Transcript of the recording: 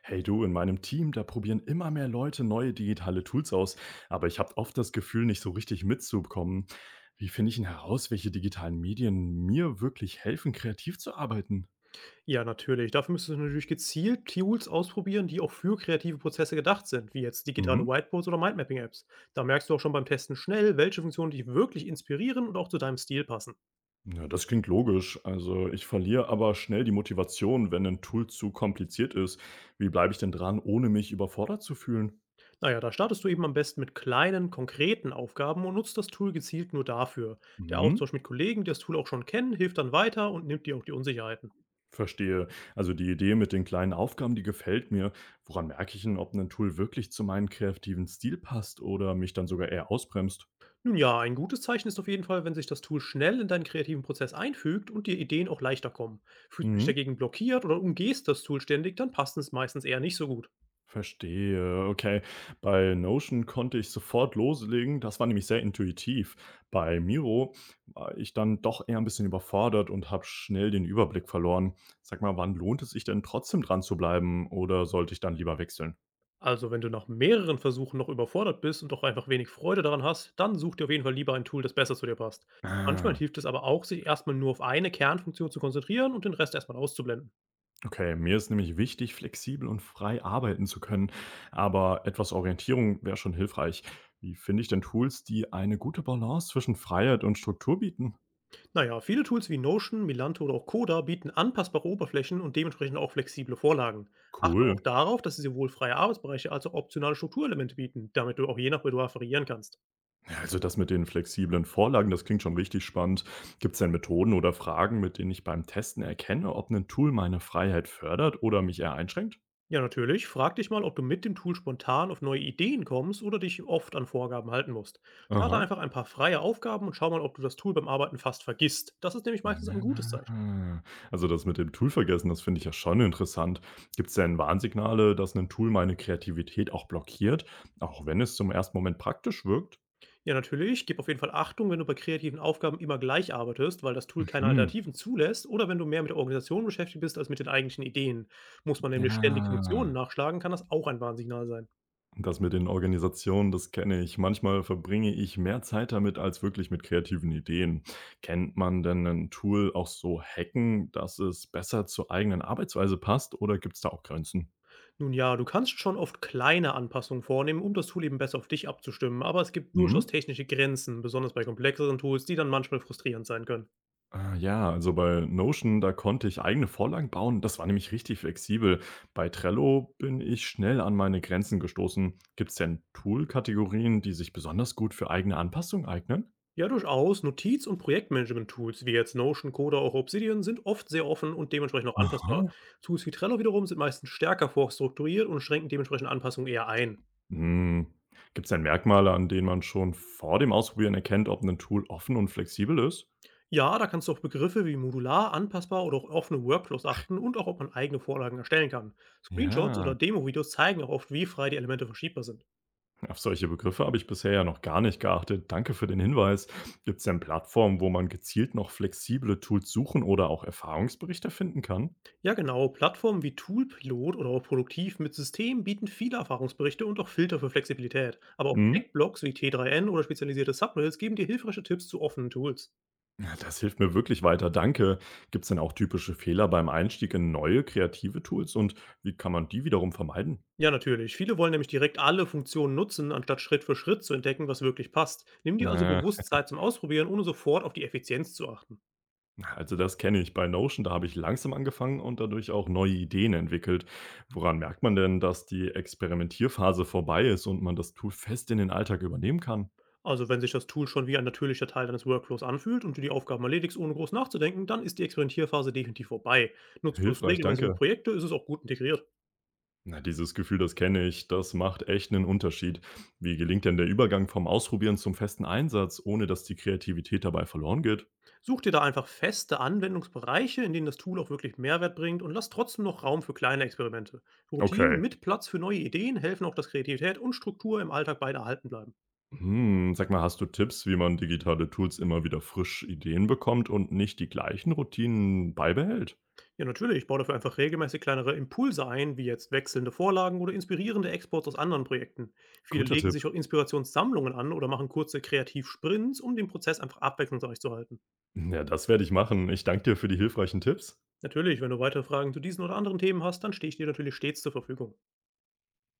Hey du, in meinem Team, da probieren immer mehr Leute neue digitale Tools aus, aber ich habe oft das Gefühl, nicht so richtig mitzubekommen. Wie finde ich denn heraus, welche digitalen Medien mir wirklich helfen, kreativ zu arbeiten? Ja, natürlich. Dafür müsstest du natürlich gezielt Tools ausprobieren, die auch für kreative Prozesse gedacht sind, wie jetzt digitale Mhm. Whiteboards oder Mindmapping-Apps. Da merkst du auch schon beim Testen schnell, welche Funktionen dich wirklich inspirieren und auch zu deinem Stil passen. Ja, das klingt logisch. Also ich verliere aber schnell die Motivation, wenn ein Tool zu kompliziert ist. Wie bleibe ich denn dran, ohne mich überfordert zu fühlen? Naja, da startest du eben am besten mit kleinen, konkreten Aufgaben und nutzt das Tool gezielt nur dafür. Der Mhm. Austausch mit Kollegen, die das Tool auch schon kennen, hilft dann weiter und nimmt dir auch die Unsicherheiten. Verstehe. Also die Idee mit den kleinen Aufgaben, die gefällt mir. Woran merke ich denn, ob ein Tool wirklich zu meinem kreativen Stil passt oder mich dann sogar eher ausbremst? Nun ja, ein gutes Zeichen ist auf jeden Fall, wenn sich das Tool schnell in deinen kreativen Prozess einfügt und dir Ideen auch leichter kommen. Fühlst du dich Mhm. dagegen blockiert oder umgehst das Tool ständig, dann passt es meistens eher nicht so gut. Verstehe. Okay. Bei Notion konnte ich sofort loslegen. Das war nämlich sehr intuitiv. Bei Miro war ich dann doch eher ein bisschen überfordert und habe schnell den Überblick verloren. Sag mal, wann lohnt es sich denn trotzdem dran zu bleiben oder sollte ich dann lieber wechseln? Also wenn du nach mehreren Versuchen noch überfordert bist und auch einfach wenig Freude daran hast, dann such dir auf jeden Fall lieber ein Tool, das besser zu dir passt. Manchmal Ah. hilft es aber auch, sich erstmal nur auf eine Kernfunktion zu konzentrieren und den Rest erstmal auszublenden. Okay, mir ist nämlich wichtig, flexibel und frei arbeiten zu können, aber etwas Orientierung wäre schon hilfreich. Wie finde ich denn Tools, die eine gute Balance zwischen Freiheit und Struktur bieten? Naja, viele Tools wie Notion, Milanto oder auch Coda bieten anpassbare Oberflächen und dementsprechend auch flexible Vorlagen. Achte Cool. auch darauf, dass sie sowohl freie Arbeitsbereiche als auch optionale Strukturelemente bieten, damit du auch je nach Bedarf variieren kannst. Ja, also das mit den flexiblen Vorlagen, das klingt schon richtig spannend. Gibt es denn Methoden oder Fragen, mit denen ich beim Testen erkenne, ob ein Tool meine Freiheit fördert oder mich eher einschränkt? Ja, natürlich, frag dich mal, ob du mit dem Tool spontan auf neue Ideen kommst oder dich oft an Vorgaben halten musst. Starte Aha. einfach ein paar freie Aufgaben und schau mal, ob du das Tool beim Arbeiten fast vergisst. Das ist nämlich meistens ein gutes Zeichen. Ah. Also, das mit dem Tool vergessen, das finde ich ja schon interessant. Gibt es denn Warnsignale, dass ein Tool meine Kreativität auch blockiert, auch wenn es zum ersten Moment praktisch wirkt? Ja, natürlich. Gib auf jeden Fall Achtung, wenn du bei kreativen Aufgaben immer gleich arbeitest, weil das Tool keine Mhm. Alternativen zulässt oder wenn du mehr mit der Organisation beschäftigt bist als mit den eigentlichen Ideen. Muss man nämlich ständig Funktionen Ja. nachschlagen, kann das auch ein Warnsignal sein. Das mit den Organisationen, das kenne ich. Manchmal verbringe ich mehr Zeit damit als wirklich mit kreativen Ideen. Kennt man denn ein Tool auch so hacken, dass es besser zur eigenen Arbeitsweise passt oder gibt es da auch Grenzen? Nun ja, du kannst schon oft kleine Anpassungen vornehmen, um das Tool eben besser auf dich abzustimmen, aber es gibt durchaus Mhm. technische Grenzen, besonders bei komplexeren Tools, die dann manchmal frustrierend sein können. Ah, ja, also bei Notion, da konnte ich eigene Vorlagen bauen. Das war nämlich richtig flexibel. Bei Trello bin ich schnell an meine Grenzen gestoßen. Gibt es denn Tool-Kategorien, die sich besonders gut für eigene Anpassungen eignen? Ja, durchaus. Notiz- und Projektmanagement-Tools wie jetzt Notion, Coda, auch Obsidian sind oft sehr offen und dementsprechend auch Aha. anpassbar. Tools wie Trello wiederum sind meistens stärker vorstrukturiert und schränken dementsprechend Anpassungen eher ein. Hm. Gibt es denn Merkmale, an denen man schon vor dem Ausprobieren erkennt, ob ein Tool offen und flexibel ist? Ja, da kannst du auf Begriffe wie modular, anpassbar oder auch offene Workflows achten und auch, ob man eigene Vorlagen erstellen kann. Screenshots oder Ja, Demo-Videos zeigen auch oft, wie frei die Elemente verschiebbar sind. auf solche Begriffe habe ich bisher ja noch gar nicht geachtet. Danke für den Hinweis. Gibt es denn Plattformen, wo man gezielt noch flexible Tools suchen oder auch Erfahrungsberichte finden kann? Ja, genau. Plattformen wie Toolpilot oder auch Produktiv mit System bieten viele Erfahrungsberichte und auch Filter für Flexibilität. Aber auch Hm? Tech-Blogs wie T3N oder spezialisierte Subreddits geben dir hilfreiche Tipps zu offenen Tools. Ja, das hilft mir wirklich weiter, danke. Gibt es denn auch typische Fehler beim Einstieg in neue kreative Tools und wie kann man die wiederum vermeiden? Ja, natürlich. Viele wollen nämlich direkt alle Funktionen nutzen, anstatt Schritt für Schritt zu entdecken, was wirklich passt. Nimm dir also Äh, bewusst Zeit zum Ausprobieren, ohne sofort auf die Effizienz zu achten. also das kenne ich. Bei Notion, da habe ich langsam angefangen und dadurch auch neue Ideen entwickelt. Woran merkt man denn, dass die Experimentierphase vorbei ist und man das Tool fest in den Alltag übernehmen kann? Also, wenn sich das Tool schon wie ein natürlicher Teil deines Workflows anfühlt und du die Aufgaben erledigst, ohne groß nachzudenken, dann ist die Experimentierphase definitiv vorbei. Nutzt du es Hilfreich, regelmäßig für danke. Projekte, ist es auch gut integriert. Na, dieses Gefühl, das kenne ich, das macht echt einen Unterschied. Wie gelingt denn der Übergang vom Ausprobieren zum festen Einsatz, ohne dass die Kreativität dabei verloren geht? Such dir da einfach feste Anwendungsbereiche, in denen das Tool auch wirklich Mehrwert bringt und lass trotzdem noch Raum für kleine Experimente. Routinen Okay. mit Platz für neue Ideen helfen auch, dass Kreativität und Struktur im Alltag beide erhalten bleiben. Hm, sag mal, hast du Tipps, wie man digitale Tools immer wieder frisch Ideen bekommt und nicht die gleichen Routinen beibehält? Ja, natürlich, baue dafür einfach regelmäßig kleinere Impulse ein, wie jetzt wechselnde Vorlagen oder inspirierende Exports aus anderen Projekten. Viele Guter legen Tipp. sich auch Inspirationssammlungen an oder machen kurze Kreativsprints, um den Prozess einfach abwechslungsreich zu halten. Ja, das werde ich machen. Ich danke dir für die hilfreichen Tipps. Natürlich, wenn du weitere Fragen zu diesen oder anderen Themen hast, dann stehe ich dir natürlich stets zur Verfügung.